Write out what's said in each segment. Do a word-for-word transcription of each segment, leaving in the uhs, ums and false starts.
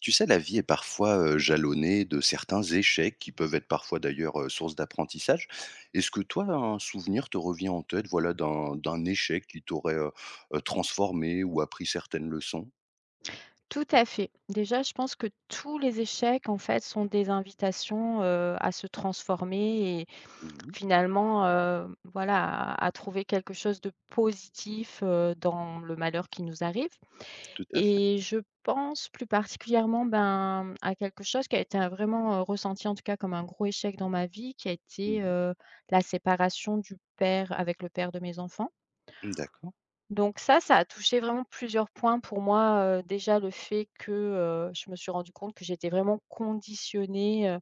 Tu sais, la vie est parfois euh, jalonnée de certains échecs qui peuvent être parfois d'ailleurs, euh, source d'apprentissage. Est-ce que toi, un souvenir te revient en tête, voilà, d'un d'un échec qui t'aurait euh, euh, transformé ou appris certaines leçons? Tout à fait. Déjà, je pense que tous les échecs, en fait, sont des invitations, heu, à se transformer et Mhm, finalement, heu, voilà, à à trouver quelque chose de positif, heu, dans le malheur qui nous arrive, tout à fait. et je pense plus particulièrement, ben, à quelque chose qui a été un vraiment, heu, ressenti, en tout cas, comme un gros échec dans ma vie, qui a été, Mhm. heu, la séparation du père avec le père de mes enfants. D'accord. Donc ça, ça a touché vraiment plusieurs points pour moi. Heu, déjà le fait que, heu, je me suis rendu compte que j'étais vraiment conditionnée, heu,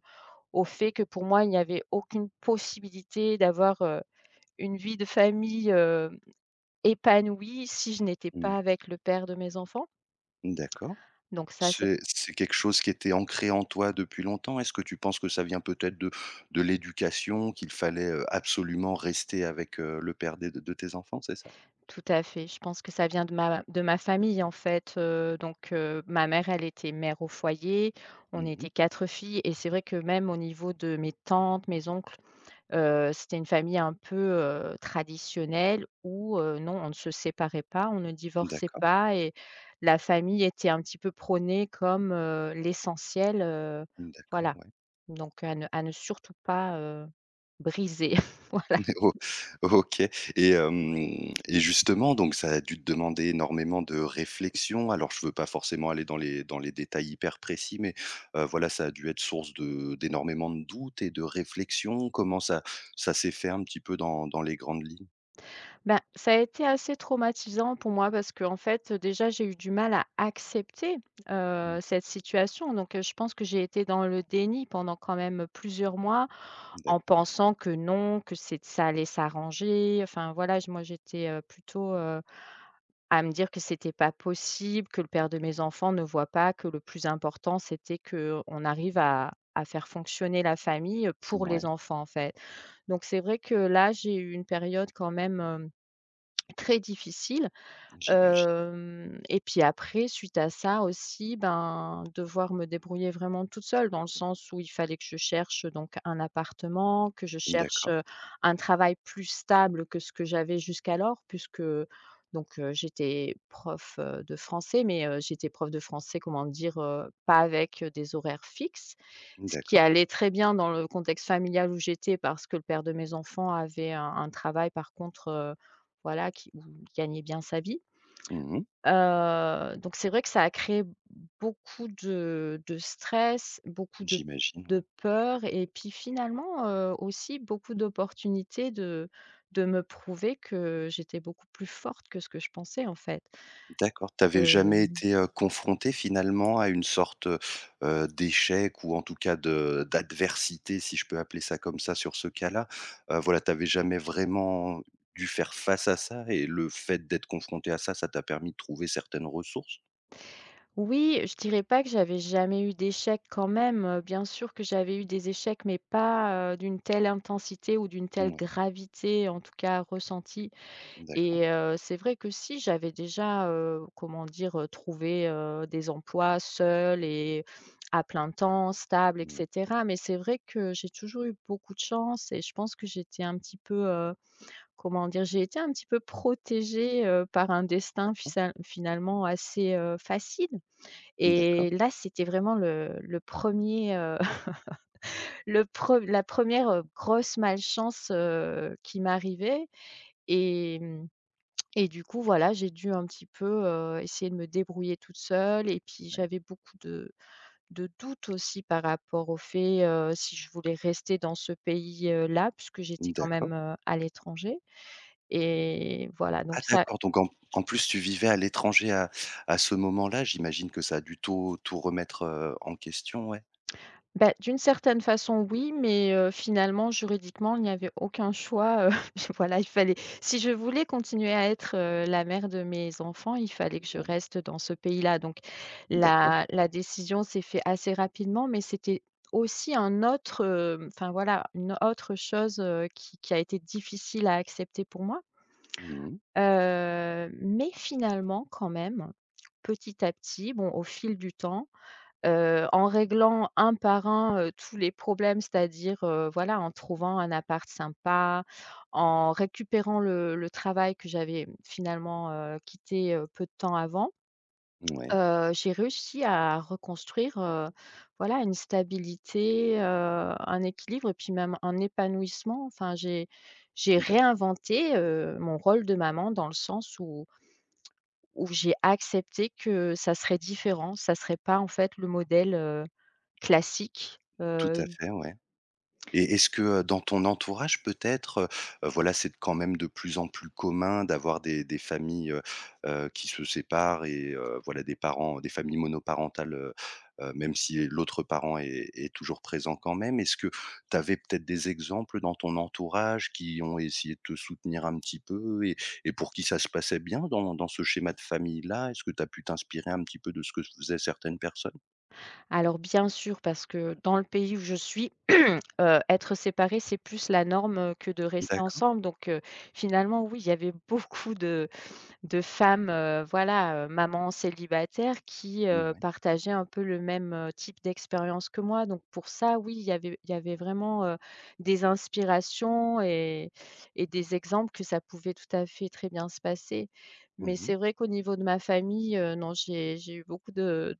au fait que pour moi, il n'y avait aucune possibilité d'avoir, heu, une vie de famille, heu, épanouie si je n'étais Mhm. pas avec le père de mes enfants. D'accord. Donc ça, c'est. C'est c'est quelque chose qui était ancré en toi depuis longtemps. Est-ce que tu penses que ça vient peut-être de, de l'éducation, qu'il fallait, euh, absolument rester avec, euh, le père des- de, tes enfants, c'est ça? Tout à fait. Je pense que ça vient de ma de ma famille, en fait. heu, donc heu, ma mère, elle était mère au foyer, on Mhm. était quatre filles et c'est vrai que même au niveau de mes tantes, mes oncles. Heu, c'était une famille un peu, heu, traditionnelle où, heu, non, on ne se séparait pas, on ne divorçait D'accord. pas et la famille était un petit peu prônée comme, heu, l'essentiel, heu, D'accord, voilà. ouais. Donc à ne à ne surtout pas, heu, briser. Voilà. O OK, et hem et justement, donc ça a dû te demander énormément de réflexion. Alors je veux pas forcément aller dans les dans les détails hyper précis, mais heu, voilà, ça a dû être source de d'énormément de doutes et de réflexions. Comment ça ça s'est fait un petit peu dans dans les grandes lignes? Ben, ça a été assez traumatisant pour moi parce que, en fait, déjà, j'ai eu du mal à accepter, heu, Mmh, cette situation. Donc, heu, je pense que j'ai été dans le déni pendant quand même plusieurs mois, en d'accord, pensant que non, que c'est ça allait s'arranger. Enfin voilà, j moi j'étais, heu, plutôt, heu, à me dire que c'était pas possible, que le père de mes enfants ne voit pas que le plus important, c'était qu'on arrive à à faire fonctionner la famille, pour ouais, les enfants, en fait. Donc c'est vrai que là, j'ai eu une période quand même très difficile. j'imagine. Hem, et puis après, suite à ça aussi, ben, devoir me débrouiller vraiment toute seule dans le sens où il fallait que je cherche, donc un appartement, que je cherche, D'accord, heu, un travail plus stable que ce que j'avais jusqu'alors, puisque donc heu, j'étais prof, heu, de français, mais heu, j'étais prof de français, comment dire? Heu, pas avec, heu, des horaires fixes. Ce qui d'accord. allait très bien dans le contexte familial où j'étais, parce que le père de mes enfants avait un un travail, par contre, heu, voilà, qui où il gagnait bien sa vie. Mmh, Heu, donc c'est vrai que ça a créé beaucoup de de stress, beaucoup de j'imagine, ouais. de peur et puis finalement, heu, aussi beaucoup d'opportunités de de me prouver que j'étais beaucoup plus forte que ce que je pensais, en fait. D'accord. Que T'avais jamais été, heu, confronté finalement à une sorte, heu d'échec, ou en tout cas de d'adversité, si je peux appeler ça comme ça, sur ce cas-là? Heu, voilà, t'avais jamais vraiment dû faire face à ça, et le fait d'être confronté à ça, ça t'a permis de trouver certaines ressources? oui, je dirais pas que j'avais jamais eu d'échecs quand même, heu, bien sûr que j'avais eu des échecs, mais pas, heu, d'une telle intensité ou d'une telle Mouais, gravité, en tout cas ressentie. d'accord, Et heu, c'est vrai que si j'avais déjà, heu, comment dire? Heu, trouvé, heu, des emplois seuls et à plein temps, stable et mmh, cetera. Mais c'est vrai que j'ai toujours eu beaucoup de chance et je pense que j'étais un petit peu, heu, comment dire? J'ai été un petit peu protégée, heu, par un destin d'accord, fisal finalement assez, heu, facile. d'accord, Et là, c'était vraiment le le premier, le pre la première re grosse malchance, heu, qui m'arrivait, et mmh, et du coup, voilà, j'ai dû un petit peu, heu, essayer de me débrouiller toute seule, et puis ouais, j'avais beaucoup de de doutes aussi par rapport au fait, heu, si je voulais rester dans ce pays, là, puisque j'étais quand d'accord. même, heu, à l'étranger, et voilà, Ah donc ça. d'accord, donc en en plus tu vivais à l'étranger à à ce moment-là. J'imagine que ça a dû tout tout remettre, heu, en question, ouais? Bah, d'une certaine façon, oui, mais heu, finalement, juridiquement, il n'y avait aucun choix, heu, voilà, il fallait, si je voulais continuer à être, heu, la mère de mes enfants, il fallait que je Ouais, reste dans ce pays-là. Donc d'accord. la la décision s'est faite assez rapidement, mais c'était aussi un autre, heu, enfin voilà, une autre chose, heu, qui qui a été difficile à accepter pour moi. Mmh, Heu, mais finalement, quand même, petit à petit, bon, au fil du temps, heu, en réglant un par un, heu, tous les problèmes, c'est-à-dire, heu, voilà, en trouvant un appart sympa, en récupérant le le travail que j'avais finalement, heu, quitté, heu, peu de temps avant. ouais, heu, J'ai réussi à reconstruire, heu, voilà, une stabilité, heu, un équilibre et puis même un épanouissement. Enfin, j'ai j'ai d'accord. réinventé, heu, mon rôle de maman, dans le sens où où j'ai accepté que ça serait différent, ça serait pas en fait le modèle, heu classique. Tout à heu, fait, ouais. Et est-ce que, heu, dans ton entourage peut-être, heu, voilà, c'est quand même de plus en plus commun d'avoir des des familles, heu heu, qui se séparent, et heu, voilà, des parents, des familles monoparentales, heu heu, même si l'autre parent est est toujours présent quand même. Est-ce que tu avais peut-être des exemples dans ton entourage qui ont essayé de te soutenir un petit peu, et et pour qui ça se passait bien dans dans ce schéma de famille-là? Est-ce que tu as pu t'inspirer un petit peu de ce que faisaient certaines personnes? Alors bien sûr, parce que dans le pays où je suis, heu, être séparés, c'est plus la norme, heu, que de rester D'accord. ensemble, donc heu, finalement oui, il y avait beaucoup de de femmes, heu, voilà, heu, mamans célibataires qui, heu, Mouais. partageaient un peu le même, heu, type d'expérience que moi. Donc pour ça, oui, il y avait il y avait vraiment, heu, des inspirations et et des exemples que ça pouvait tout à fait très bien se passer. Mais Mmh. c'est vrai qu'au niveau de ma famille, heu, non, j'ai j'ai eu beaucoup de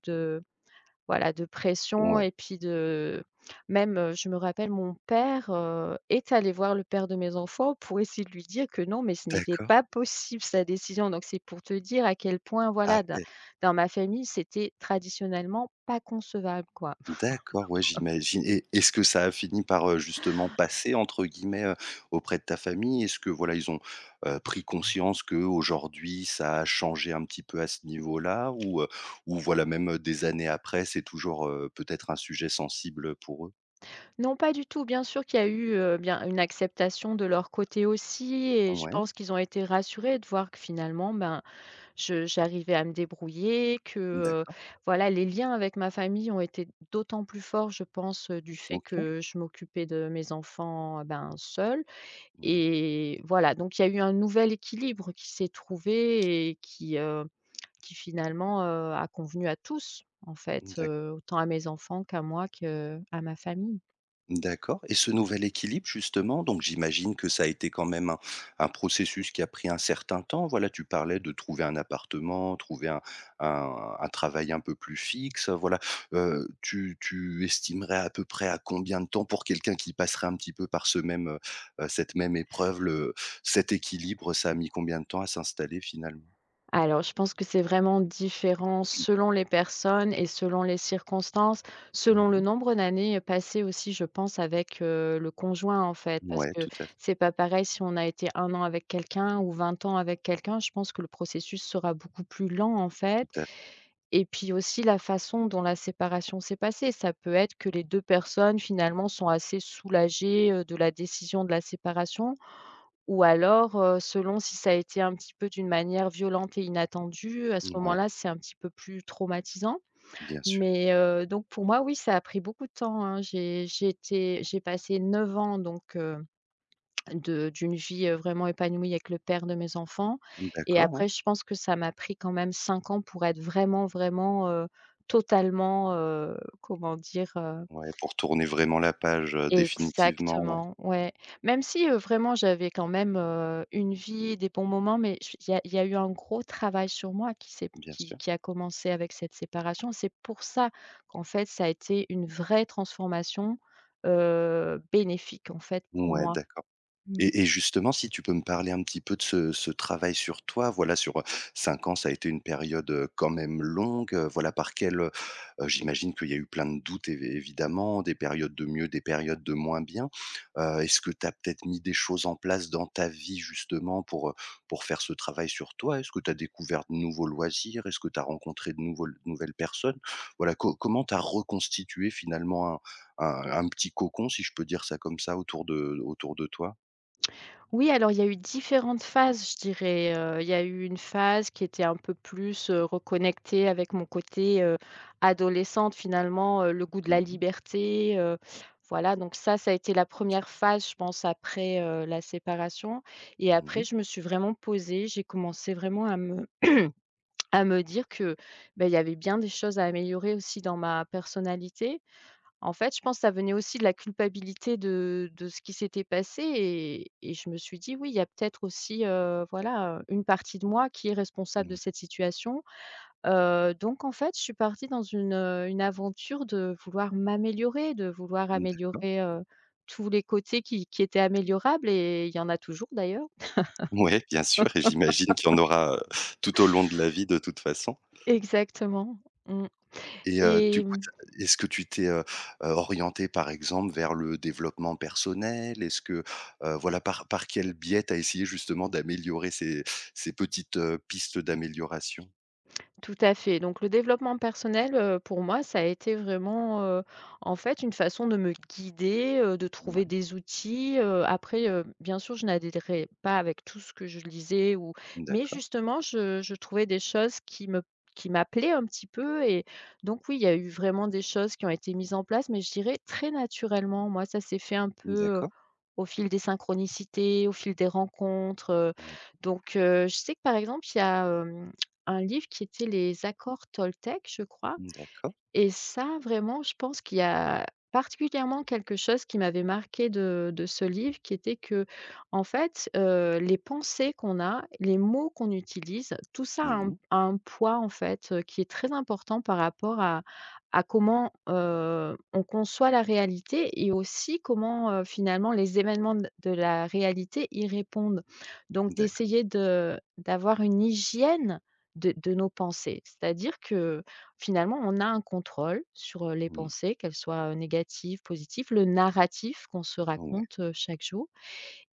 voilà, de pression Ouais, et puis de même, heu, je me rappelle mon père, heu, est allé voir le père de mes enfants pour essayer de lui dire que non, mais ce n'était d'accord. pas possible sa décision. Donc c'est pour te dire à quel point, Ah voilà, dans ouais, dans ma famille, c'était traditionnellement pas concevable, quoi. d'accord, ouais, j'imagine. Et est-ce que ça a fini par, heu, justement «passer» entre guillemets, heu, auprès de ta famille? Est-ce que, voilà, ils ont heu, pris conscience que aujourd'hui, ça a changé un petit peu à ce niveau-là? Ou, heu, ou voilà, même heu, des années après, c'est toujours, heu, peut-être un sujet sensible pour eux? Non, pas du tout. Bien sûr qu'il y a eu, heu, bien une acceptation de leur côté aussi, et je Ouais, pense qu'ils ont été rassurés de voir que finalement, ben, Je j'arrivais à me débrouiller, que, heu, d'accord, voilà, les liens avec ma famille ont été d'autant plus forts, je pense, heu, du fait OK. que je m'occupais de mes enfants, euh, ben, seule, Mmh. et voilà, donc il y a eu un nouvel équilibre qui s'est trouvé et qui, heu, qui finalement, heu, a convenu à tous, en fait, heu, autant à mes enfants qu'à moi qu'à ma famille. D'accord. Et ce nouvel équilibre, justement, donc j'imagine que ça a été quand même un un processus qui a pris un certain temps. Voilà, tu parlais de trouver un appartement, trouver un un un travail un peu plus fixe, voilà. Heu, tu tu estimerais à peu près à combien de temps pour quelqu'un qui passerait un petit peu par ce même, heu heu, cette même épreuve, le cet équilibre, ça a mis combien de temps à s'installer finalement? Alors, je pense que c'est vraiment différent selon les personnes et selon les circonstances, selon le Mmh. nombre d'années euh, passées aussi, je pense, avec, heu, le conjoint, en fait. Parce Ouais, que tout à fait, c'est pas pareil si on a été un an avec quelqu'un ou vingt ans avec quelqu'un. Je pense que le processus sera beaucoup plus lent, en tout fait. à Et puis aussi la façon dont la séparation s'est passée. Ça peut être que les deux personnes, finalement, sont assez soulagées, heu, de la décision de la séparation, ou alors, heu, selon si ça a été un petit peu d'une manière violente et inattendue, à ce fait. Ouais, moment-là, c'est un petit peu plus traumatisant. bien sûr. Mais, heu, donc pour moi, oui, ça a pris beaucoup de temps, hein. J'ai j'ai été j'ai passé neuf ans donc, heu, de d'une vie, heu, vraiment épanouie avec le père de mes enfants, et D'accord, ouais. après je pense que ça m'a pris quand même cinq ans pour être vraiment, vraiment, heu, totalement, heu, comment dire? Ouais, pour tourner vraiment la page, heu, définitivement, ouais. Exactement, ouais. Même si, heu, vraiment j'avais quand même, heu, une vie, des bons moments, mais je il y a il y a eu un gros travail sur moi, qui s'est Bien qui sûr. qui a commencé avec cette séparation. C'est pour ça qu'en fait ça a été une vraie transformation, heu, bénéfique en fait pour Ouais, moi. d'accord. Mmh. Et et justement, si tu peux me parler un petit peu de ce ce travail sur toi, voilà, sur, heu, cinq ans, ça a été une période, heu, quand même longue. Heu, voilà, par quel, heu j'imagine qu'il y a eu plein de doutes évi évidemment, des périodes de mieux, des périodes de moins bien. Heu, est-ce que tu as peut-être mis des choses en place dans ta vie, justement, pour heu, pour faire ce travail sur toi? Est-ce que tu as découvert de nouveaux loisirs? Est-ce que tu as rencontré de nouveaux de nouvelles personnes? Voilà, co comment tu as reconstitué finalement un un un petit cocon, si je peux dire ça comme ça, autour de autour de toi? Oui, alors il y a eu différentes phases, je dirais, heu, il y a eu une phase qui était un peu plus, heu, reconnectée avec mon côté, heu, adolescente finalement, heu, le goût de Mmh la mh. liberté, heu, voilà, donc ça, ça a été la première phase je pense, après, heu, la séparation, et Mmh mh. après je me suis vraiment posée, j'ai commencé vraiment à me à me dire que, bah, il y avait bien des choses à améliorer aussi dans ma personnalité. En fait, je pense que ça venait aussi de la culpabilité de de ce qui s'était passé, et et je me suis dit: «Oui, il y a peut-être aussi, heu, voilà, une partie de moi qui est responsable de Ouais. cette situation». Heu, donc en fait, je suis partie dans une, heu, une aventure de vouloir m'améliorer, de vouloir D'accord. améliorer, heu, tous les côtés qui qui étaient améliorables, et il y en a toujours d'ailleurs. Ouais, bien sûr, et j'imagine qu'il y en aura, heu, tout au long de la vie de toute façon. Exactement, mmh, Et heu, du et. coup, tu as est-ce que tu t'es, heu heu, orientée, par exemple, vers le développement personnel? Est-ce que, heu, voilà, par par quel biais tu as essayé, justement, d'améliorer ces ces petites, heu, pistes d'amélioration? Tout à fait. Donc le développement personnel, heu, pour moi, ça a été vraiment, heu, en fait, une façon de me guider, heu, de Ouais, trouver des outils. Heu, après, heu, bien sûr, je n'adhérais pas avec tout ce que je lisais, ou, mais d'accord, justement, je je trouvais des choses qui me qui m'appelaient un petit peu, et donc oui, il y a eu vraiment des choses qui ont été mises en place, mais je dirais très naturellement. Moi, ça s'est fait un peu, d'accord. au fil des synchronicités, au fil des rencontres, heu, Ouais, donc heu, je sais que, par exemple, il y a, hem, un livre qui était les accords Toltec, je crois, d'accord. et ça, vraiment, je pense qu'il y a particulièrement quelque chose qui m'avait marqué de de ce livre, qui était que, en fait, heu, les pensées qu'on a, les mots qu'on utilise, tout ça a Mmh un mh. a un poids, en fait, heu, qui est très important par rapport à à comment, heu, on conçoit la réalité, et aussi comment, heu, finalement, les événements de de la réalité y répondent. Donc D'acc, d'essayer de d'avoir une hygiène de de nos pensées. C'est-à-dire que finalement, on a un contrôle sur, heu, les mmh. pensées, qu'elles soient, heu, négatives, positives, le narratif qu'on se Ouais, raconte, heu, chaque jour,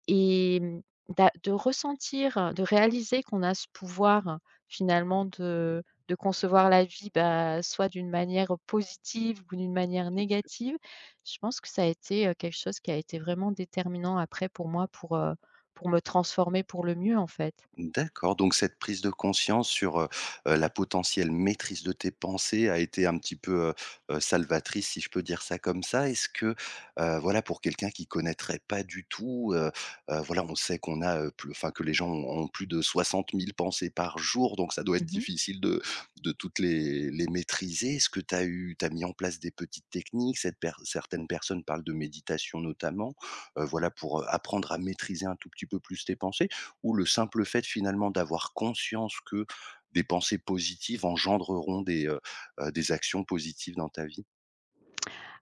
et mmh, d'a de ressentir, de réaliser qu'on a ce pouvoir euh, finalement de de concevoir la vie, bah, soit d'une manière positive ou d'une manière bien sûr. négative. Je pense que ça a été, heu, quelque chose qui a été vraiment déterminant après pour moi pour, heu, pour me transformer pour le mieux, en fait. D'accord, donc cette prise de conscience sur, heu heu, la potentielle maîtrise de tes pensées a été un petit peu, heu heu, salvatrice, si je peux dire ça comme ça. Est-ce que, heu, voilà, pour quelqu'un qui connaîtrait pas du tout, heu heu, voilà, on sait qu'on a, heu, plus enfin, que les gens ont ont plus de soixante mille pensées par jour, donc ça doit être Mmh. difficile de de toutes les les maîtriser. Est-ce que tu as eu tu mis en place des petites techniques? Cette per Certaines personnes parlent de méditation notamment, heu, voilà, pour heu, apprendre à maîtriser un tout petit peu plus tes pensées? Ou le simple fait finalement d'avoir conscience que des pensées positives engendreront des, heu heu, des actions positives dans ta vie?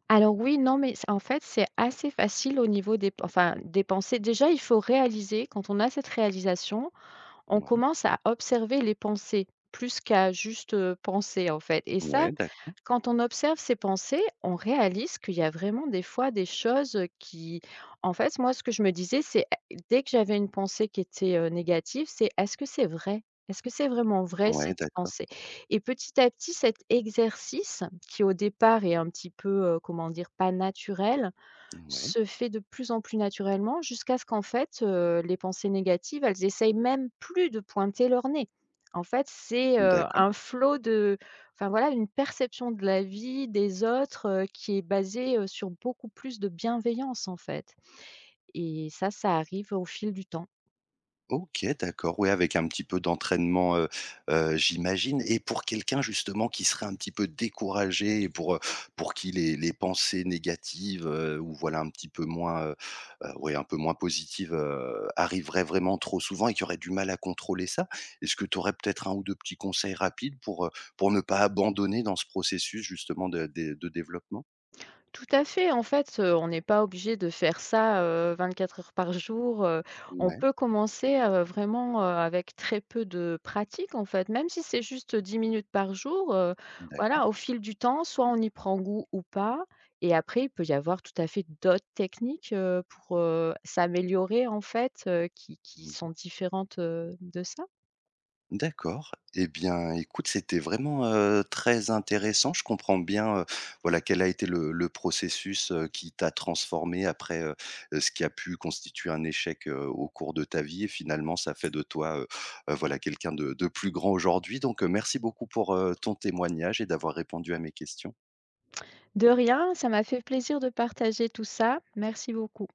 Alors oui, non, mais c'est en fait, c'est assez facile au niveau des, enfin, des pensées. Déjà, il faut réaliser, quand on a cette réalisation, on Ouais, commence à observer les pensées, plus qu'à juste, heu, penser, en fait, et ça, ouais, d'accord. quand on observe ses pensées, on réalise qu'il y a vraiment des fois des choses, qui, en fait, moi, ce que je me disais, c'est é dès que j'avais une pensée qui était, heu, négative, c'est: «Est-ce que c'est vrai? Est-ce que c'est vraiment vrai Ouais, cette d'accord. pensée?» Et petit à petit, cet exercice qui, au départ, est un petit peu, heu, comment dire? Pas naturel, Ouais, se fait de plus en plus naturellement, jusqu'à ce qu'en fait, heu, les pensées négatives, elles essayent même plus de pointer leur nez. En fait, c'est, heu, d'accord. un flot de, enfin voilà, une perception de la vie, des autres, heu, qui est basée, heu, sur beaucoup plus de bienveillance, en fait, et ça, ça arrive au fil du temps. OK, d'accord, oui, avec un petit peu d'entraînement, heu heu, j'imagine. Et pour quelqu'un, justement, qui serait un petit peu découragé et pour, heu, pour qui les les pensées négatives, heu, ou voilà un petit peu moins, heu heu, ouais, un peu moins positives, heu, arriveraient vraiment trop souvent et qui aurait du mal à contrôler ça, est-ce que tu aurais peut-être un ou deux petits conseils rapides pour, heu, pour ne pas abandonner dans ce processus, justement, de dé de développement? Tout à fait. En fait, heu, on n'est pas obligé de faire ça, heu, 24 heures par jour. heu. On Ouais, peut commencer, heu, vraiment, heu, avec très peu de pratique, en fait. Même si c'est juste dix minutes par jour, heu, d'accord. voilà, au fil du temps, soit on y prend goût ou pas, et après il peut y avoir tout à fait d'autres techniques, heu, pour, heu, s'améliorer, en fait, heu, qui qui Mmh. sont différentes, heu, de ça. D'accord. Eh bien, écoute, c'était vraiment, heu, très intéressant. Je comprends bien, heu, voilà, quel a été le le processus, heu, qui t'a transformé après, heu heu, ce qui a pu constituer un échec, heu, au cours de ta vie, et finalement ça fait de toi, heu heu, voilà, quelqu'un de de plus grand aujourd'hui. Donc, heu, merci beaucoup pour, heu, ton témoignage et d'avoir répondu à mes questions. De rien, ça m'a fait plaisir de partager tout ça. Merci beaucoup.